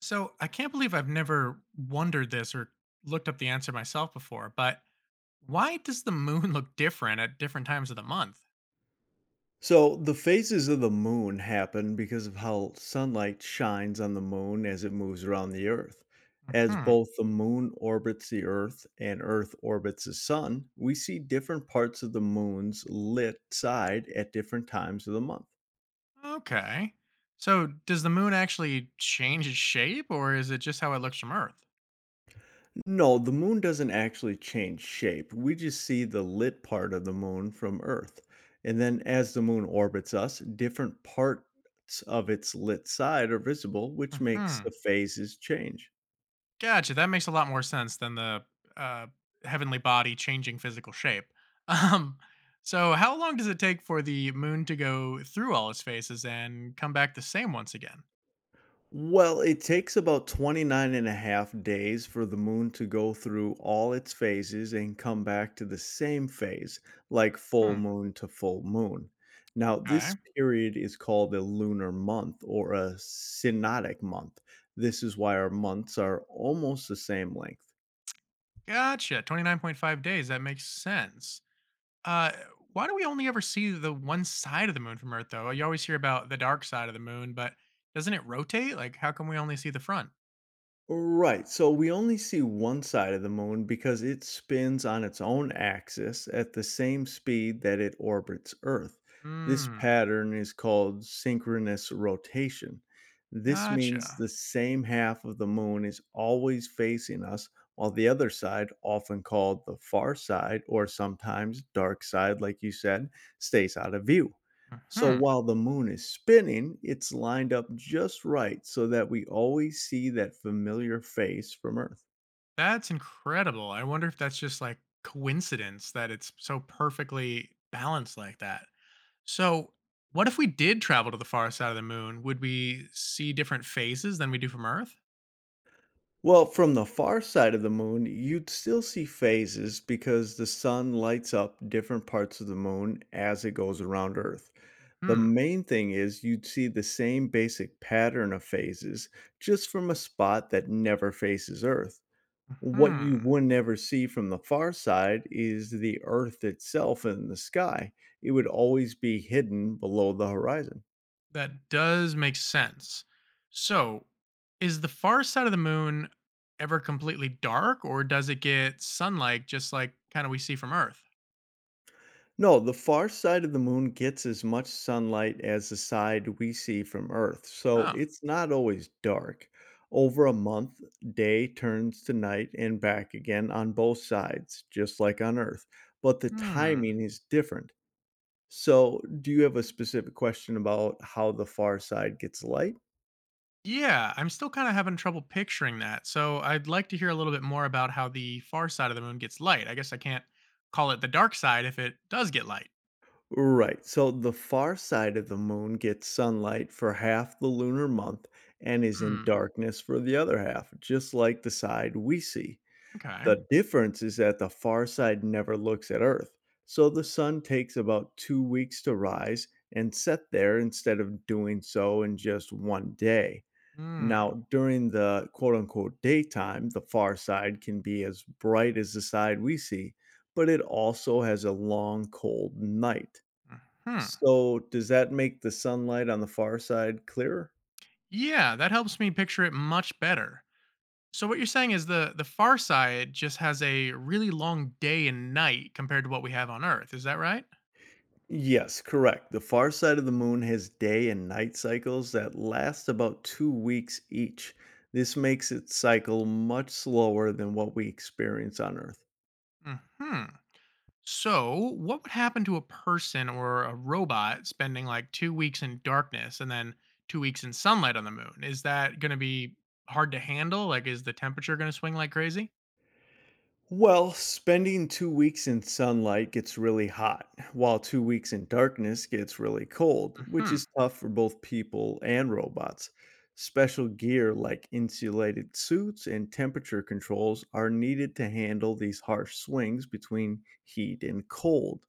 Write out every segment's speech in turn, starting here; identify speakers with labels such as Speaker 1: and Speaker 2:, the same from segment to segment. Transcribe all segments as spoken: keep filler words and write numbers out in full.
Speaker 1: So I can't believe I've never wondered this or looked up the answer myself before, but why does the moon look different at different times of the month?
Speaker 2: So the phases of the moon happen because of how sunlight shines on the moon as it moves around the earth. As
Speaker 1: Hmm.
Speaker 2: both the moon orbits the earth and earth orbits the sun, we see different parts of the moon's lit side at different times of the month.
Speaker 1: Okay. So does the moon actually change its shape or is it just how it looks from Earth?
Speaker 2: No, the moon doesn't actually change shape. We just see the lit part of the moon from earth. And then as the moon orbits us, different parts of its lit side are visible, which makes
Speaker 1: Hmm.
Speaker 2: the phases change.
Speaker 1: Gotcha. That makes a lot more sense than the uh, heavenly body changing physical shape. Um, so how long does it take for the moon to go through all its phases and come back the same once again?
Speaker 2: Well, it takes about twenty-nine and a half days for the moon to go through all its phases and come back to the same phase, like full
Speaker 1: Hmm.
Speaker 2: moon to full moon. Now,
Speaker 1: Okay.
Speaker 2: this period is called a lunar month or a synodic month. This is why our months are almost the same length.
Speaker 1: Gotcha. twenty-nine point five days. That makes sense. Uh, why do we only ever see the one side of the moon from Earth, though? You always hear about the dark side of the moon, but doesn't it rotate? Like, how come we only see the front?
Speaker 2: Right. So we only see one side of the moon because it spins on its own axis at the same speed that it orbits Earth. This
Speaker 1: Hmm.
Speaker 2: pattern is called synchronous rotation. This means
Speaker 1: Gotcha.
Speaker 2: the same half of the moon is always facing us, while the other side, often called the far side or sometimes dark side, like you said, stays out of view. So
Speaker 1: Hmm.
Speaker 2: while the moon is spinning, it's lined up just right so that we always see that familiar face from Earth.
Speaker 1: That's incredible. I wonder if that's just like coincidence that it's so perfectly balanced like that. So, what if we did travel to the far side of the moon? Would we see different phases than we do from Earth?
Speaker 2: Well, from the far side of the moon, you'd still see phases because the sun lights up different parts of the moon as it goes around Earth. The
Speaker 1: Hmm.
Speaker 2: main thing is you'd see the same basic pattern of phases just from a spot that never faces Earth. What you
Speaker 1: Hmm.
Speaker 2: would never see from the far side is the Earth itself and the sky. It would always be hidden below the horizon.
Speaker 1: That does make sense. So, is the far side of the moon ever completely dark, or does it get sunlight just like kind of we see from Earth?
Speaker 2: No, the far side of the moon gets as much sunlight as the side we see from Earth, so
Speaker 1: Oh,
Speaker 2: it's not always dark. Over a month, day turns to night and back again on both sides, just like on Earth, but the
Speaker 1: hmm.
Speaker 2: timing is different. So, do you have a specific question about how the far side gets light?
Speaker 1: Yeah, I'm still kind of having trouble picturing that. So, I'd like to hear a little bit more about how the far side of the moon gets light. I guess I can't call it the dark side if it does get light.
Speaker 2: Right. So the far side of the moon gets sunlight for half the lunar month and is in
Speaker 1: Hmm.
Speaker 2: darkness for the other half, just like the side we see.
Speaker 1: Okay.
Speaker 2: The difference is that the far side never looks at Earth. So the sun takes about two weeks to rise and set there instead of doing so in just one day.
Speaker 1: Hmm.
Speaker 2: Now, during the quote unquote daytime, the far side can be as bright as the side we see, but it also has a long, cold night.
Speaker 1: Hmm.
Speaker 2: So, does that make the sunlight on the far side clearer?
Speaker 1: Yeah, that helps me picture it much better. So what you're saying is the the far side just has a really long day and night compared to what we have on Earth. Is that right?
Speaker 2: Yes, correct. The far side of the moon has day and night cycles that last about two weeks each. This makes its cycle much slower than what we experience on Earth.
Speaker 1: Hmm. So what would happen to a person or a robot spending like two weeks in darkness and then two weeks in sunlight on the moon? Is that going to be hard to handle? Like, is the temperature going to swing like crazy?
Speaker 2: Well, spending two weeks in sunlight gets really hot, while two weeks in darkness gets really cold, which
Speaker 1: Hmm.
Speaker 2: is tough for both people and robots. Special gear like insulated suits and temperature controls are needed to handle these harsh swings between heat and cold.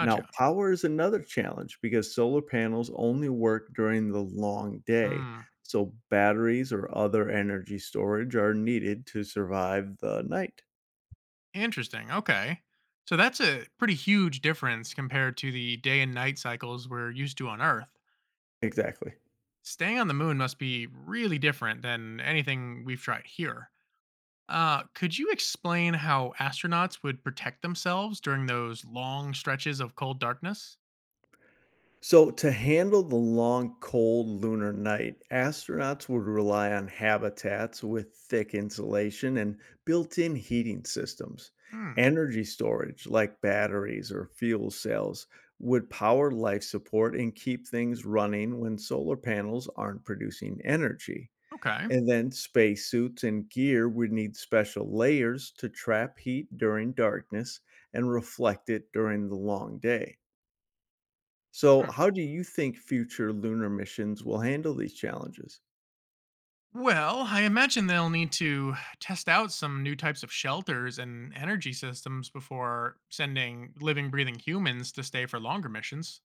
Speaker 2: Now, power is another challenge because solar panels only work during the long day,
Speaker 1: Hmm.
Speaker 2: so batteries or other energy storage are needed to survive the night.
Speaker 1: Interesting. Okay. So that's a pretty huge difference compared to the day and night cycles we're used to on Earth.
Speaker 2: Exactly.
Speaker 1: Staying on the moon must be really different than anything we've tried here. Uh, could you explain how astronauts would protect themselves during those long stretches of cold darkness?
Speaker 2: So, to handle the long, cold lunar night, astronauts would rely on habitats with thick insulation and built in heating systems.
Speaker 1: Hmm.
Speaker 2: Energy storage, like batteries or fuel cells, would power life support and keep things running when solar panels aren't producing energy.
Speaker 1: Okay.
Speaker 2: And then spacesuits and gear would need special layers to trap heat during darkness and reflect it during the long day. So,
Speaker 1: Hmm.
Speaker 2: how do you think future lunar missions will handle these challenges?
Speaker 1: Well, I imagine they'll need to test out some new types of shelters and energy systems before sending living, breathing humans to stay for longer missions.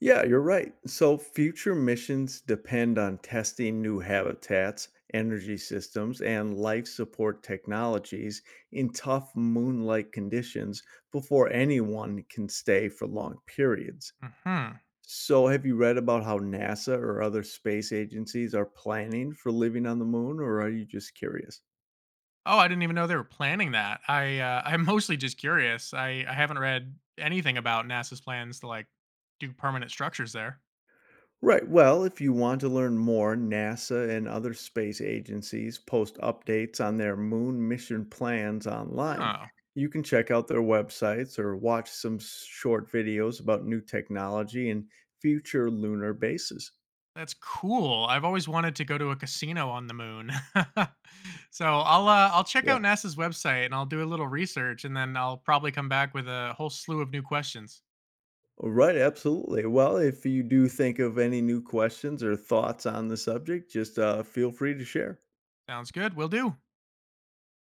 Speaker 2: Yeah, you're right. So, future missions depend on testing new habitats, energy systems, and life support technologies in tough moonlight conditions before anyone can stay for long periods.
Speaker 1: Hmm.
Speaker 2: So, have you read about how NASA or other space agencies are planning for living on the moon, or are you just curious?
Speaker 1: Oh, I didn't even know they were planning that. I uh, I'm mostly just curious. I I haven't read anything about NASA's plans to like do permanent structures there.
Speaker 2: Right. Well, if you want to learn more, NASA and other space agencies post updates on their moon mission plans online.
Speaker 1: Oh,
Speaker 2: You can check out their websites or watch some short videos about new technology and future lunar bases.
Speaker 1: that's cool. I've always wanted to go to a casino on the moon. So I'll uh, I'll check
Speaker 2: Yeah.
Speaker 1: out NASA's website and I'll do a little research and then I'll probably come back with a whole slew of new questions.
Speaker 2: Right. Absolutely. Well, if you do think of any new questions or thoughts on the subject, just uh, feel free to share.
Speaker 1: Sounds good. We'll do.